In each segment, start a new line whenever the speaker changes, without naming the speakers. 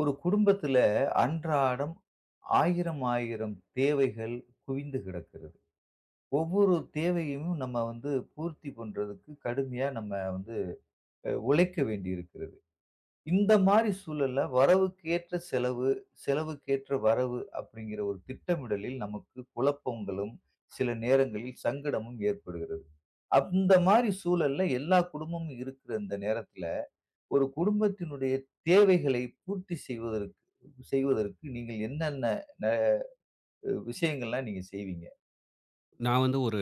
ஒரு குடும்பத்துல அன்றாடம் 1000 1000 தேவைகள் குவிந்து கிடக்கிறது. ஒவ்வொரு தேவையும் நம்ம வந்து பூர்த்தி பண்றதுக்கு கடுமையா நம்ம வந்து உழைக்க வேண்டியிருக்கிறது. இந்த மாரி சூழல்ல வரவுக்கேற்ற செலவு, செலவுக்கேற்ற வரவு அப்படிங்கிற ஒரு திட்டமிடலில் நமக்கு குழப்பங்களும், சில நேரங்களில் சங்கடமும் ஏற்படுகிறது. அந்த மாரி சூழல்ல எல்லா குடும்பமும் இருக்கிற இந்த நேரத்துல ஒரு குடும்பத்தினுடைய தேவைகளை பூர்த்தி செய்வதற்கு செய்வதற்கு நீங்கள் என்னென்ன ந- விஷயங்கள்லாம் நீங்க செய்வீங்க?
நான் வந்து ஒரு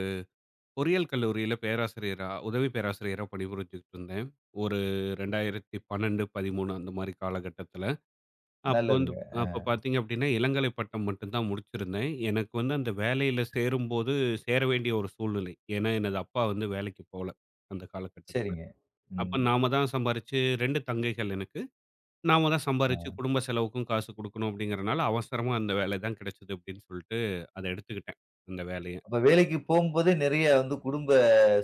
பொறியியல் கல்லூரியில பேராசிரியரா, உதவி பேராசிரியரா பணிபுரிஞ்சுகிட்டு இருந்தேன். ஒரு 2012, 13 அந்த மாரி காலகட்டத்தில. அப்போ வந்து
நல்லதுங்க.
அப்போ பார்த்தீங்க அப்படின்னா, இளங்கலை பட்டம் மட்டும் தான் முடிச்சிருந்தேன். எனக்கு வந்து அந்த வேலையில சேரும்போது சேர வேண்டிய ஒரு சூழ்நிலை. ஏன்னா, எனது அப்பா வந்து வேலைக்கு போல, அந்த காலகட்டத்தில.
சரிங்க.
அப்ப
ம்.
நாம தான் சம்பாரிச்சு 2 தங்கைகள் எனக்கு. நாம தான் சம்பாரிச்சு
ஆ.
குடும்ப செலவுக்கும் காசு குடுக்கணும் அப்படிங்கிறனால, அவசரமா அந்த வேலை தான் கிடைச்சது அப்படின்னு சொல்லிட்டு, அத எடுத்துக்கிட்டேன், அந்த வேலைய.
அப்ப வேலைக்கு போம்போதே நிறைய வந்து குடும்ப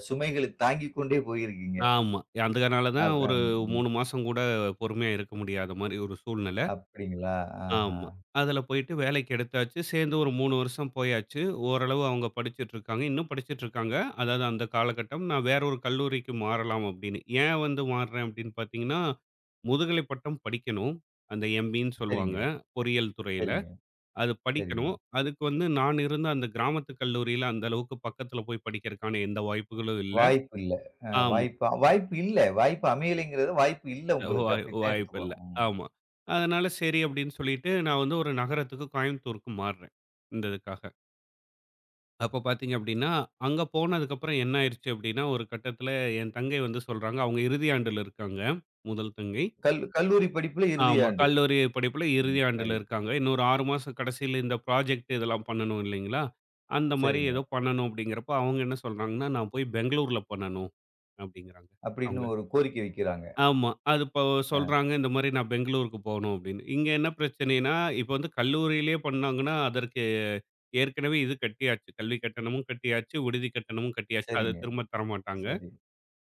சுமைகளை தாங்கிக் கொண்டே போயிருக்கீங்க.
ஆமா. அதுனால தான்
அப்
ஒரு
அம் ம்.
3 மாசம் கூட பொறுமையா இருக்க முடியாத மாரி ஒரு சூழ்நிலை.
அப்படிங்களா? ஆஹா.
ஆமா. அதுல போயிட்டு வேலைக்கு எடுத்தாச்சு. சேர்ந்து ஒரு 3 வருஷம் போயாச்சு. ஓரளவு அவங்க படிச்சுட்டு இருக்காங்க. இன்னும் படிச்சுட்டு இருக்காங்க. அதாவது அந்த காலகட்டம் நான் வேற ஒரு கல்லூரிக்கு மாறலாம் அப்படின்னு. ஏன் வந்து மாறுறேன் அப்படின்னு பார்த்தீங்கன்னா, முதுகலை பட்டம் படிக்கணும். அந்த எம்.பி.ன்னு சொல்லுவாங்க.
சரிங்க,
பொறியியல் துறையில.
சரிங்க,
அது
சரிங்க.
படிக்கணும். அதுக்கு வந்து நான் இருந்த அந்த கிராமத்து கல்லூரியில அந்த அளவுக்கு பக்கத்துல போய் படிக்கிறதுக்கான எந்த வாய்ப்புகளும் இல்ல.
வாய்ப்பு இல்ல.
ஆமா.
வாய்ப்பு வாய்ப்பு இல்ல. வாய்ப்பு அமையலைங்கிறது வாய்ப்பு இல்ல உங்களுக்கு.
வாய்
அப்படித்தான்
வாய்ப்பு இல்ல.
எடுத்துக்கணும். ம்.
ஆமா. அதனால சரி அப்படின்னு சொல்லிட்டு, நான் வந்து ஒரு நகரத்துக்கு கோயம்புத்தூருக்கு மாறுறேன், இந்த இதுக்காக. அப்ப பார்த்தீங்க அப்படின்னா, அங்க போனதுக்கப்புறம் என்ன ஆயிருச்சு அப்படின்னா, ஒரு கட்டத்தில என் தங்கை வந்து சொல்றாங்க, அவங்க இறுதி ஆண்டுல இருக்காங்க, முதல் தங்கை.
கல்லூரி படிப்புல இறுதி
ஆமா.
ஆண்டு.
கல்லூரி படிப்பில
ம்.
இறுதி ஆண்டுல
சரி.
இருக்காங்க. இன்னும் ஒரு 6 மாசம் கடைசியில இந்த ப்ராஜெக்ட் இதெல்லாம் பண்ணணும் இல்லைங்களா? அந்த மாரி
சரிங்க.
ஏதோ பண்ணணும் அப்படிங்கிறப்ப, அவங்க என்ன சொல்றாங்கன்னா, "நான் போய் பெங்களூர்ல பண்ணணும்" அப்படிங்கிறாங்க,
அப்படின்னு
அவங்க.
ஒரு கோரிக்கை வைக்கிறாங்க.
ஆமா. அது இப்போ
ஆ,
சொல்றாங்க, இந்த மாரி நான் பெங்களூருக்கு போணும் அப்படின்னு. இங்க என்ன பிரச்சனைன்னா, இப்ப வந்து கல்லூரியிலேயே பண்ணாங்கன்னா, அதற்கு ஏற்கனவே இது கட்டியாச்சு. கல்வி கட்டணமும் கட்டியாச்சு, விடுதி கட்டணமும் கட்டியாச்சு. அத
சரிங்க.
திரும்ப தரமாட்டாங்க.
சரி,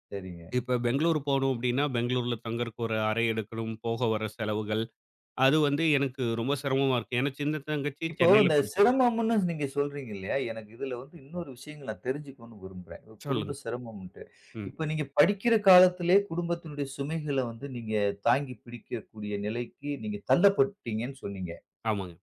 சரிங்க.
இப்ப பெங்களூர் போணும் அப்படின்னா, பெங்களூர்ல தங்கறக்கு ஒரு அறை எடுக்கணும், போக வர செலவுகள். அது வந்து எனக்கு ரொம்ப சிரமமா இருக்கு. ஏன்னா சின்ன தங்கச்சி
இப்போ
சென்னையில
இந்த
படிச்சது.
சிரமம்ன்னு நீங்க சொல்றீங்க இல்லையா? எனக்கு இதுல வந்து இன்னொரு விஷயங்கள் நான் தெரிஞ்சுக்கணும்னு விரும்புறேன். ஒரு
சொல்லுங்க.
குடும்ப சிரமம்ன்ட்டு.
ம்.
இப்ப நீங்க படிக்கிற காலத்திலே குடும்பத்தினுடைய சுமைகள வந்து நீங்க தாங்கி பிடிக்கக்கூடிய நிலைக்கு நீங்க தள்ளப்பட்டீங்கன்னு சொன்னீங்க.
ஆமாங்க.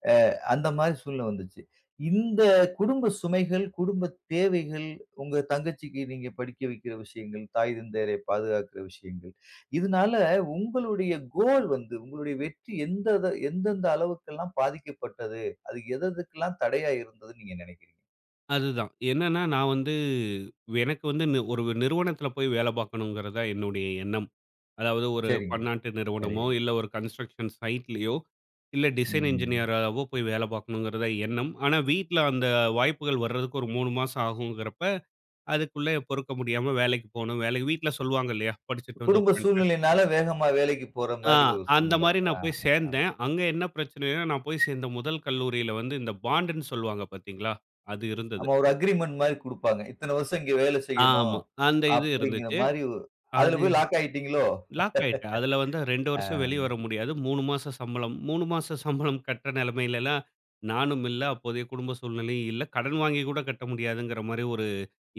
அந்த மாரி சூழ்நிலை வந்துச்சு. இந்த குடும்ப சுமைகள், குடும்ப தேவைகள், உங்க தங்கச்சிக்கு நீங்க படிக்க வைக்கிற விஷயங்கள், தாய் தந்தையரை பாதுகாக்கிற விஷயங்கள், இதனால உங்களுடைய கோல் வந்து உங்களுடைய வெற்றி எந்தெந்த அளவுக்கெல்லாம் பாதிக்கப்பட்டது? அது எதெதுக்கெல்லாம் தடையா இருந்ததுன்னு நீங்க நினைக்கிறீங்க?
அதுதான். என்னன்னா நான் வந்து எனக்கு வந்து ஒரு நிறுவனத்தில போய் வேலை பார்க்கணுங்கிறது தான் என்னுடைய எண்ணம். அதாவது ஒரு
சரிங்க,
பன்னாட்டு
சரி.
நிறுவனமோ, இல்ல ஒரு கன்ஸ்ட்ரக்ஷன் சைட்லயோ, இல்ல டிசைன்
ம்.
என்ஜினியராவோ போய் வேல பார்க்கணுங்கிறது தான் எண்ணம். ஆனா வீட்ல அந்த வாய்ப்புகள் வர்றதுக்கு ஒரு 3 மாசம் ஆகுங்கிறப்ப, அதுக்குள்ள பொறுக்க முடியாம வேலைக்கு போணும். வேலைக்கு வீட்ல சொல்லுவாங்க இல்லையா? படிச்சுட்டு வந்து
குடும்ப
உட்காந்துட்டு.
சூழ்நிலையினால வேகமா வேலைக்கு போற
ஆ
மாரி ஒரு
அந்த
சூழ்நிலை.
மாரி
ஆ,
நான் போய்
ஆமா.
சேர்ந்தேன். அங்க என்ன பிரச்சனைன்னா, நான் போய் சேர்ந்த முதல் கல்லூரியில வந்து இந்த பாண்டுன்னு சொல்லுவாங்க பார்த்தீங்களா? அது இருந்தது.
ஆமா. ஒரு அக்ரீமெண்ட் மாரி குடுப்பாங்க. இத்தன வருஷம் இங்க வேலை செய்யணும்.
ஆமா. அந்த இது
அப்படிங்கிற
இருந்துச்சு.
மாரி ஒ அதுல
அது
போய் லாக் ஆயிட்டீங்களோ?
லாக் ஆயிட்டேன். அதுல வந்து 2 வருஷம்
அ
வெளிய வர முடியாது. 3 மாசம் சம்பளம். 3 மாச சம்பளம் கட்டுற நிலைமையிலலாம் நானும் இல்ல. அப்போதைய குடும்ப சூழ்நிலையும் இல்ல. கடன் வாங்கி கூட கட்ட முடியாதுங்கிற மாரி ஒரு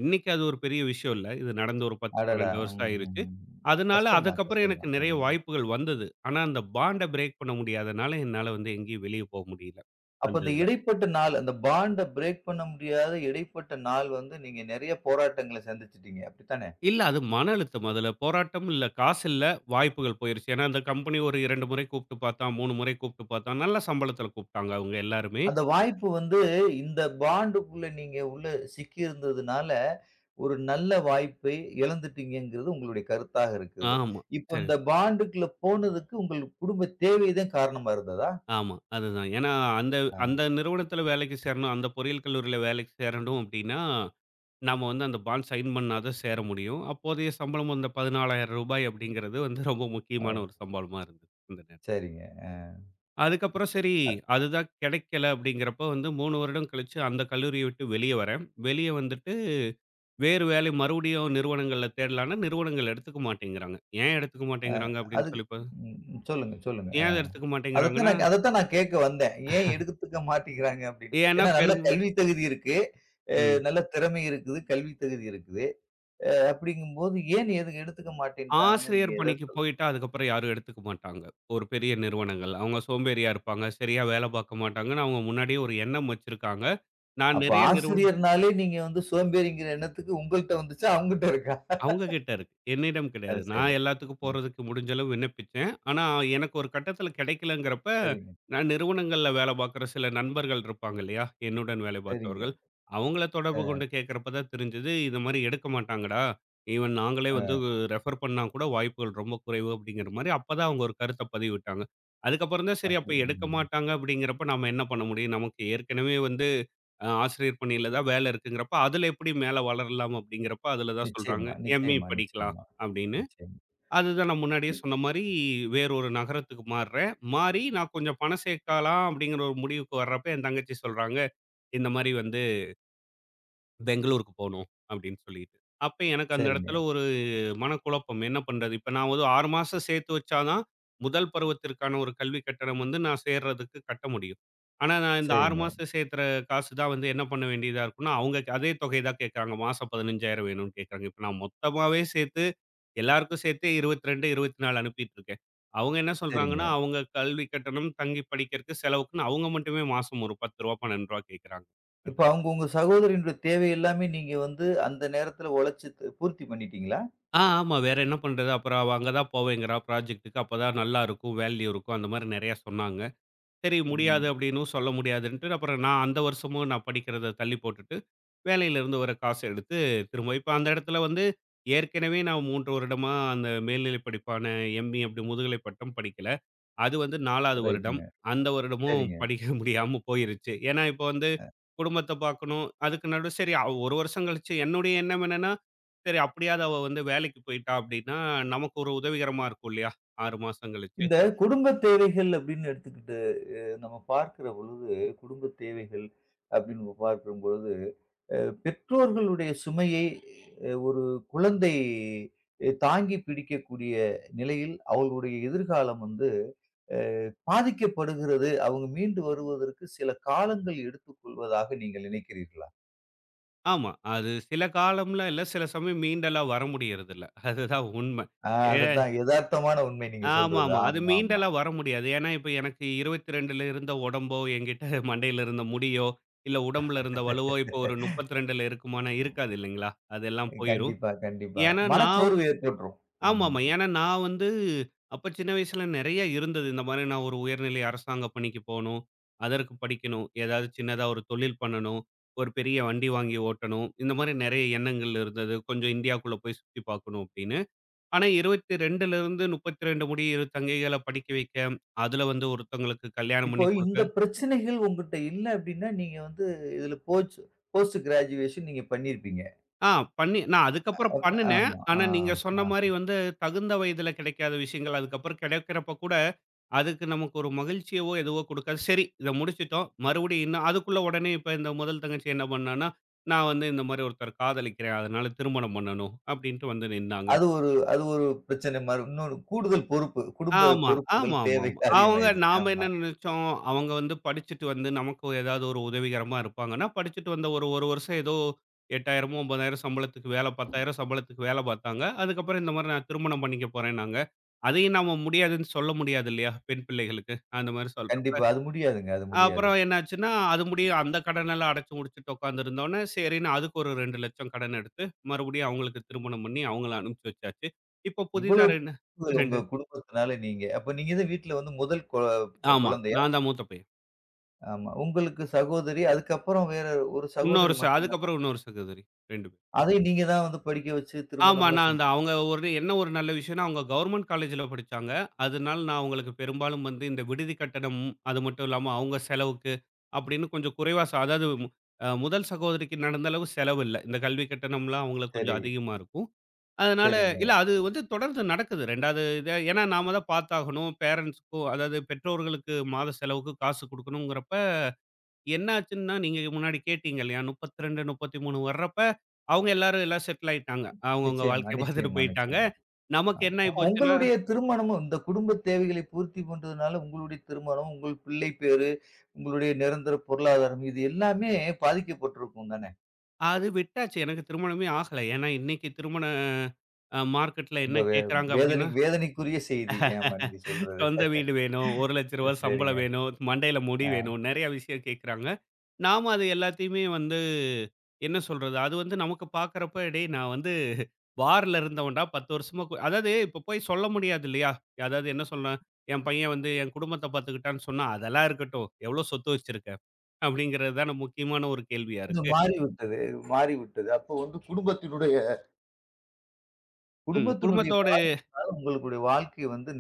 இன்னைக்கு அது ஒரு பெரிய விஷயம் இல்ல. இது நடந்து ஒரு 10,
அடடா!
12 வருஷம் ஆயிருச்சு.
ம்ஹ்ஹ்ம்.
அதனால
கஷ்டம் தான்,
அதுக்கப்புறம்
கஷ்டம்
எனக்கு
தான்.
நெறைய
ஆமா.
வாய்ப்புகள் வந்தது. ஆனா அந்த பாண்ட பிரேக் பண்ண முடியாதனால என்னால வந்து எங்கேயும் வெளிய போ முடியல.
அப்ப
அந்த
இந்த
இதுல.
இடைப்பட்ட நாள், அந்த பாண்ட பிரேக் பண்ண முடியாத இடைப்பட்ட நாள் வந்து நீங்க நெறைய போராட்டங்கள சந்திச்சுட்டீங்க. அப்படித்தானே?
இல்ல அது மன அழுத்தம். அதுல போராட்டம் இல்ல. காசு இல்ல. வாய்ப்புகள் போயிருச்சு. ஏன்னா அந்த கம்பெனி ஒரு 2 முறை கூப்பிட்டு பார்த்தான், 3 முறை கூப்பிட்டு பார்த்தான். நல்ல சம்பளத்துல கூப்பிட்டாங்க அவங்க எல்லாருமே.
அந்த வாய்ப்பு வந்து இந்த பாண்டுக்குள்ள நீங்க உள்ள சிக்கி இருந்ததுனால, ஒரு நல்ல வாய்ப்பை இழந்துட்டீங்கங்கிறது உங்களுடைய கருத்தாக இருக்குது.
ஆமா.
இப்ப
சரி.
இந்த பாண்டுக்குள்ள போனதுக்கு உங்கள் குடும்ப தேவை தான் காரணமா இருந்ததா?
ஆமா. அதுதான். ஏன்னா, அந்த
அ
அந்த நிறுவனத்தில வேலைக்கு சேரணும், அந்த பொறியியல் கல்லூரியில வேலைக்கு சேரணும் அப்டின்னா, நாம வந்து அந்த பாண்ட் சைன் பண்ணா தான் சேர முடியும். அப்போதைய சம்பளம் அந்த ரூ. 16,000 அப்படிங்கிறது வந்து ரொம்ப
ஓ!
முக்கியமான ஒரு சம்பளமா இருந்தது. அந்த நேரம்.
சரிங்க.
அதுக்கப்புறம் சரி, அதுதான் கிடைக்கல அப்படிங்கிறப்ப வந்து 3 வருடம் கழிச்சு அந்த கல்லூரிய விட்டு வெளிய வரேன். வெளிய வந்துட்டு வேறு வேலை மறுபடியும் நிறுவனங்கள்ல தேடலான்னா, நிறுவனங்கள் எடுத்துக்க மாட்டேங்கிறாங்க. ஏன் எடுத்துக்க
அ
மாட்டேங்கிறாங்க அப்படின்னு
அதுக்கு
சொல்லி பா
ம் ம். சொல்லுங்க, சொல்லுங்க.
ஏன் அதை எடுத்துக்க மாட்டேங்கிறாங்கன்னா,
அதத்தான் நான் கேட்க வந்தேன். ஏன் எடுத்துக்க மாட்டேங்கிறாங்க அப்டின்ட்டு.
ஏன்னா
ஏன்னா நல்ல
பெரும்
கல்வி தகுதி இருக்கு. அ
ம்.
நல்ல திறமை இருக்குது. கல்வி தகுதி இருக்குது. அப்டிங்கும்போது ஏன் எதுக்கு எடுத்துக்க மாட்டேன்ட்டாங்கன்னு
ஆசிரியர்
நீங்க எத
பணிக்கு
சொல்லலாம்?
போயிட்டா, அதுக்கப்புறம் யாரும் எடுத்துக்க மாட்டாங்க. ஒரு பெரிய நிறுவனங்கள். அவங்க சோம்பேறியா இருப்பாங்க. சரியா வேலை பார்க்க மாட்டாங்கன்னு அவங்க முன்னாடியே ஒரு எண்ணம் வச்சிருக்காங்க. நான்
அப்ப
நிறைய நிறுவ
ஆசிரியர்னாலே நீங்க வந்து சோம்பேறிங்கிற எண்ணத்துக்கு உங்கள்ட்ட வந்துச்சா? அவங்கட்ட இருக்கா?
அவங்க கிட்ட இருக்கு. என்னிடம் கிடையாது. நான்
சரிங்க.
எல்லாத்துக்கும்
ம்.
போறதுக்கு முடிஞ்ச அளவு விண்ணப்பிச்சேன். ஆனா, எனக்கு ஒரு கட்டத்தில கிடைக்கலங்கிறப்ப,
சரிங்க,
நான் நிறுவனங்கள்ல வேல பார்க்குற சில நண்பர்கள் இருப்பாங்க இல்லையா? என்னுடன் வேலை
சரிங்க.
பார்த்தவர்கள். அவங்கள தொடர்பு
அ
கொண்டு கேட்கிறப்ப தான் தெரிஞ்சது, "இது மாரி எடுக்க மாட்டாங்கடா. ஈவன் நாங்களே வந்து
அ
ரெஃபர் பண்ணா கூட வாய்ப்புகள் ரொம்ப குறைவு." அப்படிங்கிற மாரி அப்ப தான் அவங்க ஒரு கருத்த பதிவிட்டாங்க. அதுக்கப்புறம் தான் சரி, அப்ப
அப்டி
எடுக்க
ம்.
மாட்டாங்க அப்படிங்கிறப்ப நாம என்ன பண்ண முடியும்? நமக்கு ஏற்கனவே வந்து ஆசிரியர் பணியில தான் வேலை இருக்குங்கிறப்ப, அதில எப்படி மேல வளரலாம் அப்படிங்கிறப்ப, அதில தான் சொல்றாங்க,
நிச்சயமா,
எம்.இ
நிச்சயமா,
படிக்கலாம்
நிச்சயமா,
அப்படின்னு.
நிச்சயமா.
அதுதான் நான் முன்னாடியே
இ-
சொன்ன மாரி, வேறு ஒரு நகரத்துக்கு மாறுறேன். மாறி நான் கொஞ்சம் பணம் சேர்க்கலாம் அப்படிங்கிற ஒரு முடிவுக்கு வர்றப்ப, என் தங்கச்சி சொல்றாங்க, இந்த மாரி வந்து பெங்களூருக்கு போணும் அப்படின்னு சொல்லிட்டு. அப்ப எனக்கு அந்த
சரிங்க,
இடத்துல ஒரு மனக்குழப்பம் என்ன பண்றது? இப்ப நான் ஒரு 6 மாசம் சேர்த்து வச்சா தான், முதல் பருவத்திற்கான ஒரு கல்வி கட்டணம் வந்து நான் சேர்றதுக்கு கட்ட முடியும். ஆனா, நான் இந்த 6
சரிங்க,
மாசம் சேர்த்துற காசு தான் வந்து என்ன பண்ண வேண்டியதா இருக்கும்னா, அவங்க அதே தொகை தான் கேட்கறாங்க. மாசம் 15,000 வேணும்னு கேட்கறாங்க. இப்ப நான் மொத்தமாவே சேர்த்து எல்லாருக்கும் சேர்த்து 22, 24 அனுப்பிட்டு இருக்கேன். அவங்க என்ன சொல்றாங்கன்னா,
சரிங்க.
அவங்க கல்வி கட்டணம், தங்கி படிக்கிறதுக்கு செலவுக்குன்னு அவங்க மட்டுமே மாசம் ஒரு ரூ. 10, ரூ. 12 கேட்கறாங்க. அந்த
இப்ப அவங்க உங்க சகோதரியினுடைய தேவை எல்லாமே நீங்க வந்து அந்த நேரத்துல உழைச்சு த் பூர்த்தி பண்ணிட்டீங்களா?
ஆ, ஆமா. வேற என்ன பண்றது? அப்புறம் அவ அங்க தான் போவேங்கிறா ப்ராஜெக்ட்டுக்கு. அப்பதான் நல்லா இருக்கும், வேல்யூ இருக்கும். அந்த மாரி நெறையா சொன்னாங்க. சரி முடியாது
ம்.
அப்படின்னும் சொல்ல முடியாதுன்ட்டு அப்புறம் நான் அந்த வருஷமும் படிக்கிறத தள்ளி போட்டுட்டு வேலையில இருந்து வர காசை எடுத்து திரும்ப இப்போ அந்த இடத்துல வந்து ஏற்கனவே நான் மூன்று வருடமா அந்த மேல்நிலை படிப்பான எம்பி அப்படி முதுகலை பட்டம் படிக்கல அது வந்து நாலாவது வருடம்
ரைட்டுங்க.
அந்த வருடமும்
சரிங்க.
படிக்க முடியாம போயிருச்சு ஏன்னா இப்போ வந்து குடும்பத்தை பார்க்கணும் அதுக்கு நடு சரி அவ ஒரு வருஷம் கழிச்சு என்னுடைய எண்ணம் என்னன்னா சரி அப்படியாவது அவ வந்து வேலைக்கு போயிட்டா அப்படின்னா நமக்கு ஒரு உதவிகரமா இருக்கும் இல்லையா ஆறு மாசம் கழிச்சு
இந்த குடும்ப தேவைகள் அப்படின்னு எடுத்துக்கிட்டு நம்ம பார்க்கிற பொழுது, குடும்ப தேவைகள் அப்படின்னு நம்ம பார்க்கும் பொழுது, அ பெற்றோர்களுடைய சுமையை ஒரு குழந்தை தாங்கி பிடிக்கக்கூடிய நிலையில் அவர்களுடைய எதிர்காலம் வந்து அ பாதிக்கப்படுகிறது. அவங்க மீண்டு வருவதற்கு சில காலங்கள் எடுத்துக்கொள்வதாக நீங்கள் நினைக்கிறீர்களா?
ஆமா. அது சில காலம்லாம் இல்ல. சில சமயம் மீண்டெல்லாம் வர முடியறதில்ல. அதுதான் உண்மை.
ஆ
ஏ
அதுதான் எதார்த்தமான உண்மை நீங்க சொல்றது.
ஆமாமா. அது
ஆமா, ஆமா.
மீண்டெல்லாம் வர முடியாது. ஏன்னா, இப்ப எனக்கு 22ல இருந்த உடம்போ, என்கிட்ட மண்டையில இருந்த முடியோ, இல்ல உடம்புல இருந்த வலுவோ, இப்போ ஒரு 32ல இருக்குமானா இருக்காது இல்லைங்களா? அதெல்லாம் போயிரும்.
கண்டிப்பா, கண்டிப்பா.
ஏன்னா நான்
மனச்சோர்வு ஏற்பட்டுரும். ம்.
ஆமாமா. ஏன்னா நான் வந்து அப்ப சின்ன வயசுல நெறைய இருந்தது. இந்த மாரி நான் ஒரு உயர்நிலை அரசாங்க பணிக்கு போணும். அதற்கு படிக்கணும். ஏதாவது சின்னதா ஒரு தொழில் பண்ணணும். ஒரு பெரிய வண்டி வாங்கி ஓட்டணும். இந்த மாரி நெறைய எண்ணங்கள் இருந்தது. கொஞ்சம் இந்தியாக்குள்ள போய் சுத்தி பார்க்கணும் அப்படின்னு. ஆனா 22ல இருந்து 32 முடிய இரு தங்கைகள படிக்க வைக்க, அதுல வந்து ஒருத்தங்களுக்கு கல்யாணம்
இப்போ
பண்ணி குடுக்க
இந்த பிரச்சனைகள் உங்கட்ட இல்ல அப்டின்னா, நீங்க வந்து இதுல போச்சு போஸ்ட் கிராஜுவேஷன் நீங்க பண்ணியிருப்பீங்க.
ஆ பண்ணி நான் அதுக்கப்புறம்
அப்ப
பண்ணுனேன்.
ஆமா.
ஆனா,
ஆ,
நீங்க சொன்ன
ஆ.
மாரி வந்து தகுந்த வயதில கிடைக்காத விஷயங்கள், அதுக்கப்புறம் கிடைக்கிறப்ப கூட, அதுக்கு நமக்கு ஒரு மகிழ்ச்சியவோ, எதுவோ குடுக்காது. சரி இத முடிச்சுட்டோம். மறுபடியும் இன்னும் அதுக்குள்ள உடனே இப்ப இந்த முதல் தங்கச்சி என்ன பண்ணான்னா, "நான் வந்து இந்த மாரி ஒருத்தர காதலிக்கிறேன். அதனால திருமணம் பண்ணணும்." அப்படின்ட்டு வந்து நின்னாங்க.
அது ஒரு அது ஒரு பிரச்சனை மாரி. இன்னொரு கூடுதல் பொறுப்பு. குடும்ப
ஆமா,
பொறுப்புகள்,
ஆமாமாமா.
தேவைகள்
அவங்க
அதிகமாயிருச்சு.
நாம என்ன
ஆமா.
நினைச்சோம், அவங்க வந்து படிச்சுட்டு வந்து நமக்கு ஏதாவது ஒரு உதவிகரமா இருப்பாங்கன்னா, படிச்சுட்டு வந்த ஒரு 1 வருஷம் ஏதோ 8,000மோ, 9,000 சம்பளத்துக்கு வேலை 10,000 சம்பளத்துக்கு வேலை பார்த்தாங்க. அதுக்கப்புறம் இந்த மாரி நான் திருமணம் பண்ணிக்க போறேன்னாங்க. அதையும் நாம முடியாதுன்னு சொல்ல முடியாது இல்லையா? பெண் பிள்ளைகளுக்கு. அந்த மாரி சொல்றப்ப,
கண்டிப்பா. அது முடியாதுங்க. அது முடியாது.
அப்புறம் என்னாச்சுன்னா, அது முடியும் அந்த கடனெல்லாம் அடைச்சு முடிச்சுட்டு உட்காந்துருந்தோனே, சரின்னு அதுக்கு ஒரு 2,00,000 கடன் எடுத்து, மறுபடியும் அவங்களுக்கு திருமணம் பண்ணி அவங்கள அனுப்பிச்சு வச்சாச்சு. இப்போ புதிதா
இவ்வளவு பொறுப்புகள் உங்க
2
குடும்பத்தினால நீங்க அப்ப நீங்க தான் வீட்ல வந்து முதல் கொ
ஆமா.
குழந்தையா?
நான் தான் மூத்த பையன்.
ஆமா. உங்களுக்கு சகோதரி. அதுக்கப்புறம் வேற ஒரு
இன்னொரு
சகோதரி
ச
மட்டும் தானா?
அதுக்கப்புறம் இன்னொரு சகோதரி 2 பேர்.
அதை நீங்க தான் வந்து படிக்க வச்சு
ஆமா.
திருமணம்லாம்
நான்
செஞ்சு
அந்த அவங்க ஒரு என்ன ஒரு நல்ல விஷயம்னா, அவங்க கவர்ன்மென்ட் காலேஜ்ல படிச்சாங்க. அதனால நான் அவங்களுக்கு பெரும்பாலும் வந்து இந்த விடுதி கட்டணம், அது மட்டும் இல்லாம அவங்க செலவுக்கு அப்படின்னு கொஞ்சம் குறைவா, அதாவது முதல் சகோதரிக்கு நடந்த அளவு செலவு இல்ல. இந்த கல்வி கட்டணம்லாம் அவங்களுக்கு கொஞ்சம்
சரி.
அதிகமா இருக்கும். அதனால இல்ல
சரிங்க.
அது வந்து தொடர்ந்து நடக்குது. 2வது இது ஏன்னா நாம தான் பார்த்தாகணும். பேரன்ட்ஸ்க்கும் அதாவது பெற்றோர்களுக்கு மாத செலவுக்கு காசு குடுக்கணுங்கிறப்ப என்னாச்சுன்னா, நீங்க முன்னாடி கேட்டீங்க இல்லையா? 32, 33 வர்றப்ப, அவங்க எல்லாரும் எல்லாம் செட்டில் ஆயிட்டாங்க. அவங்கவங்க
நிச்சயமா,
வாழ்க்கைய பார்த்துட்டு
நிச்சயமா,
போயிட்டாங்க.
நிச்சயமா.
நமக்கு
ஆமா.
என்ன ஆயி
அப்போ
போச்சுன்னா,
உங்களுடைய திருமணமும் இந்த குடும்ப தேவைகளை பூர்த்தி பண்றதுனால உங்களுடைய திருமணம், உங்கள் பிள்ளை பேரு, உங்களுடைய நிரந்தர பொருளாதாரம் இது எல்லாமே பாதிக்கப்பட்டிருக்கும் தானே?
அது விட்டாச்சு. எனக்கு திருமணமே ஆகல. ஏன்னா, இன்னைக்கு திருமண அ மார்க்கெட்ல என்ன
ரொம்ப வே
கேட்கறாங்க
வேதனை
அப்டின்னா
வேதனைக்குரிய செய்தி. ஆமா நீங்க சொல்றது.
சொந்த வீடு வேணும், ரூ. 1,00,000
சரிங்க.
சம்பளம் வேணும், மண்டையில முடி
ஆ.
வேணும், நெறைய விஷயம் கேட்குறாங்க. நாம அது எல்லாத்தையுமே வந்து என்ன சொல்றது? அது வந்து நமக்கு பார்க்குறப்ப, "டேய் நான் வந்து பார்ல இருந்தவன்டா 10 வருஷமா" அதாவது இப்ப போய் சொல்ல முடியாது இல்லையா? அதாவது என்ன சொல்ல, என் பையன் வந்து என் குடும்பத்த பார்த்துக்கிட்டான்னு சொன்னா, அதெல்லாம் இருக்கட்டும். எவ்வளோ சொத்து வச்சிருக்க? அப்படிங்கிறது தான முக்கியமான ஒரு கேள்வியா
இது
இருக்கு.
மாறிவிட்டது மாறிவிட்டது. அப்போ வந்து குடும்பத்தினுடைய
ம்.
குடும்பத்தினுடைய
குடும்பத்தோட
பாதிப்புனால உங்களுடைய வாழ்க்கை வந்து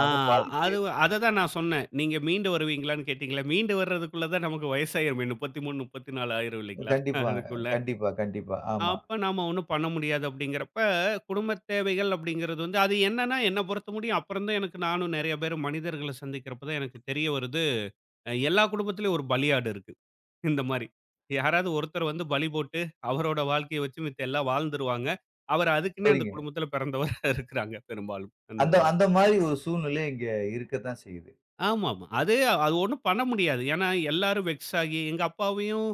ஆ
பாதிப்பு
அது அததான் நான் சொன்னேன். நீங்க மீண்டு வருவீங்களான்னு கேட்டீங்கல்ல. மீண்டு வர்றதுக்குள்ள தான் நமக்கு வயசாயிருமே. 33, 34 ஆயிரும் இல்லைங்களா?
கண்டிப்பாங்க.
அதுக்குள்ள.
கண்டிப்பா, கண்டிப்பா. ஆமா.
அப்ப நாம ஒண்ணும் பண்ண முடியாது அப்படிங்கிறப்ப, குடும்பத் தேவைகள் அப்படிங்கிறது வந்து அது என்னன்னா என்ன பொறுத்த முடியும் அப்புறம் தான் எனக்கு நானும் நெறைய பேர் மனிதர்கள சந்திக்கிறப்ப தான் எனக்கு தெரிய வருது. எல்லா குடும்பத்திலயும் ஒரு பலியாடு இருக்கு. இந்த மாரி. யாராவது ஒருத்தர் வந்து பலி போட்டு அவரோட வாழ்க்கைய வச்சு மித்த எல்லாம் வாழ்ந்துருவாங்க. அவர் அதுக்குன்னே அந்த
சரிங்க.
குடும்பத்தில பிறந்தவரா இருக்கிறாங்க பெரும்பாலும். அந்த
அந்த
இதுல.
அந்த மாரி ஒரு சூழ்நிலை இங்க இருக்கத்தான் செய்யுது.
ஆமாமா. அது அது ஒண்ணும் பண்ண முடியாது. ஏன்னா, எல்லாரும் வெக்ஸ் ஆகி எங்க அப்பாவையும்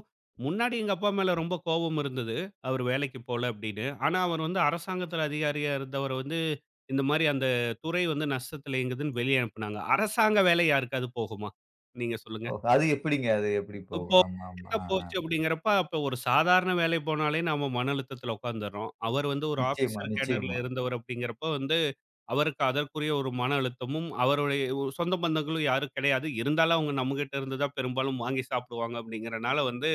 முன்னாடி எங்க அப்பா மேல ரொம்ப கோபம் இருந்தது. அவரு வேலைக்கு போல அப்படின்னு. ஆனா, அவர் வந்து அரசாங்கத்தில அதிகாரியா இருந்தவர வந்து, இந்த மாரி அந்த துறை வந்து நஷ்டத்தில இயங்குதுன்னு வெளிய அனுப்புனாங்க. அரசாங்க வேலை யாருக்காவது போகுமா? நீங்க சொல்லுங்க.
ஓஹோ! அது எப்படிங்க? அது எப்படி
இப்போ
போகும்? ஆமா, ஆமா.
இப்படித்தான்
ஆ, ஆ.
போச்சு அப்படிங்கிறப்ப, அப்ப ஒரு சாதாரண வேலை போனாலே நாம மன அழுத்தத்தில உட்காந்துர்றோம். அவர் வந்து ஒரு
நிச்சயமா,
ஆஃபீசர் கேடர்ல
நிச்சயமா.
இருந்தவர் அப்படிங்கிறப்ப வந்து அவருக்கு அதற்குரிய ஒரு மன அழுத்தமும், அவருடைய ஒரு சொந்த பந்தங்களும் யாரும் கிடையாது. இருந்தாலும் அவங்க நம்மகிட்ட இருந்து தான் பெரும்பாலும் வாங்கி சாப்பிடுவாங்க அப்படிங்கிறனால வந்து,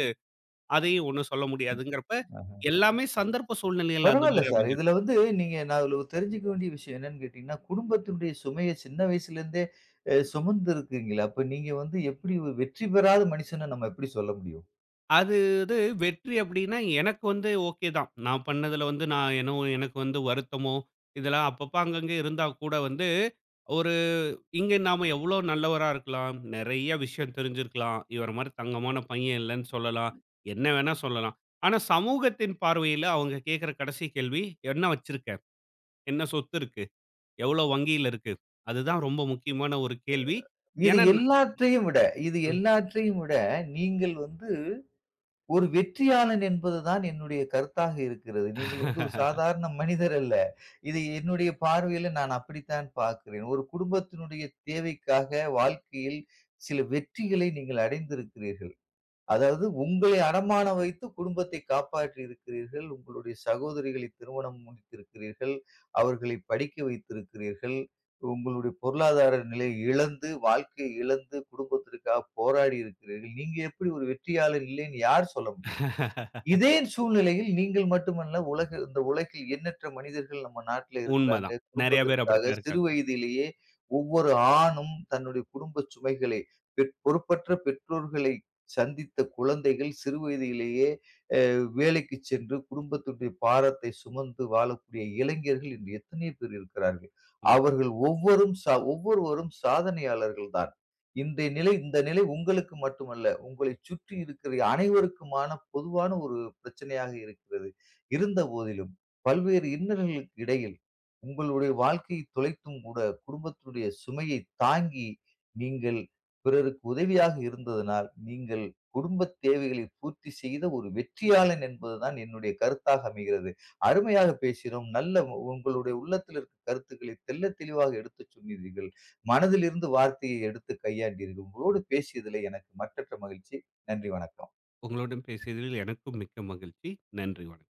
அதையும் ஒண்ணும் சொல்ல
ம்.
முடியாதுங்கிறப்ப,
ஆஹ.
எல்லாமே சந்தர்ப்ப சூழ்நிலைகள் அந்த
பரவால்ல
மாரி
சார்.
அமைஞ்சிடும்.
இதுல வந்து நான் இதுல தெரிஞ்சுக்க வேண்டிய விஷயம் என்னன்னு கேட்டீங்கன்னா, குடும்பத்தினுடைய சுமைய சின்ன வயசுலேருந்தே சுமந்து இருக்கீங்களே, அப்ப நீங்க வந்து எப்படி ஒரு வெற்றி பெறாத மனுஷன நம்ம எப்படி சொல்ல முடியும்?
அது இது வெற்றி அப்படின்னா, எனக்கு வந்து ஓகே தான். நான் பண்ணதுல வந்து நான் என்னவோ எனக்கு வந்து வருத்தமோ, இதெல்லாம் அப்பப்ப அங்கங்க இருந்தா கூட வந்து, ஒரு இங்க நாம எவ்வளோ நல்லவரா இருக்கலாம். நெறைய விஷயம் தெரிஞ்சிருக்கலாம். இவர மாரி தங்கமான பையன் இல்லன்னு சொல்லலாம். என்ன வேணா சொல்லலாம். ஆனா சமூகத்தின் பார்வையில அவங்க கேட்கிற கடைசி கேள்வி, "என்ன வச்சிருக்க? என்ன சொத்து இருக்கு? எவ்வளோ வங்கியில இருக்கு?" அதுதான் ரொம்ப முக்கியமான ஒரு கேள்வி.
இது
ஏன்னா ந-
எல்லாற்றையும் விட இது
ம்
எல்லாற்றையும் விட நீங்கள் வந்து ஒரு வெற்றியாளன் என்பதுதான் என்னுடைய கருத்தாக இருக்கிறது. நீங்கள் வந்து ஒரு சாதாரண மனிதர் அல்ல. இதை என்னுடைய பார்வையில நான் அப்படித்தான் பார்க்கிறேன். ஒரு குடும்பத்தினுடைய தேவைக்காக வாழ்க்கையில் சில வெற்றிகளை நீங்கள் அடைந்திருக்கிறீர்கள். அதாவது உங்களை அடமான வைத்து குடும்பத்தை காப்பாற்றி இருக்கிறீர்கள். உங்களுடைய சகோதரிகளை திருமணம் முடித்திருக்கிறீர்கள். அவர்களை படிக்க வைத்திருக்கிறீர்கள். உங்களுடைய பொருளாதார நிலையை இழந்து, வாழ்க்கையை இழந்து குடும்பத்திற்காக போராடி இருக்கிறீர்கள். நீங்க எப்படி ஒரு வெற்றியாளன் இல்லைன்னு யார் சொல்ல முடியும்? இதே சூழ்நிலையில் நீங்கள் மட்டுமல்ல, இந்த உலகில் எண்ணற்ற மனிதர்கள் நம்ம நாட்ல இருக்கிறாங்க.
உண்மதான். நெறைய பேர்
குடும்பத்திற்காக
அப்படித்தான்
சிறு
இருக்காங்க.
வயதிலேயே ஒவ்வொரு ஆணும் தன்னுடைய குடும்ப சுமைகளை பொறுப்பற்ற பெற்றோர்களை சந்தித்த குழந்தைகள் சிறு வயதிலேயே வேலைக்கு சென்று குடும்பத்தினுடைய பாரத்தை சுமந்து வாழக்கூடிய இளைஞர்கள் இன்று எத்தனை பேர் இருக்கிறார்கள்.
ம்.
அவர்கள் ஒவ்வொரும் சா ஒவ்வொருவரும் சாதனையாளர்கள் தான். இன்றைய நிலை இந்த நிலை உங்களுக்கு மட்டுமல்ல, உங்களைச் சுற்றி இருக்கிற அனைவருக்குமான பொதுவான ஒரு பிரச்சனையாக இருக்கிறது. இருந்தபோதிலும், பல்வேறு இன்னல்களுக்கு இடையில் உங்களுடைய வாழ்க்கையை தொலைத்தும் கூட குடும்பத்தினுடைய சுமையைத் தாங்கி நீங்கள் பிறருக்கு உதவியாக இருந்ததனால், நீங்கள் குடும்பத் தேவைகளை பூர்த்தி செய்த ஒரு வெற்றியாளன் என்பதுதான் என்னுடைய கருத்தாக அமைகிறது. அருமையாக பேசினோம். நல்ல உங்களுடைய உள்ளத்தில் இருக்க கருத்துக்களை தெள்ள தெளிவாக எடுத்துச் சொன்னீர்கள். மனதிலிருந்து வார்த்தையை எடுத்து கையாண்டீர்கள். உங்களோடு பேசியதிலே எனக்கு மட்டற்ற மகிழ்ச்சி. நன்றி, வணக்கம்.
உங்களுடன் பேசியதில் எனக்கும் மிக்க மகிழ்ச்சி. நன்றி. வணக்கம்.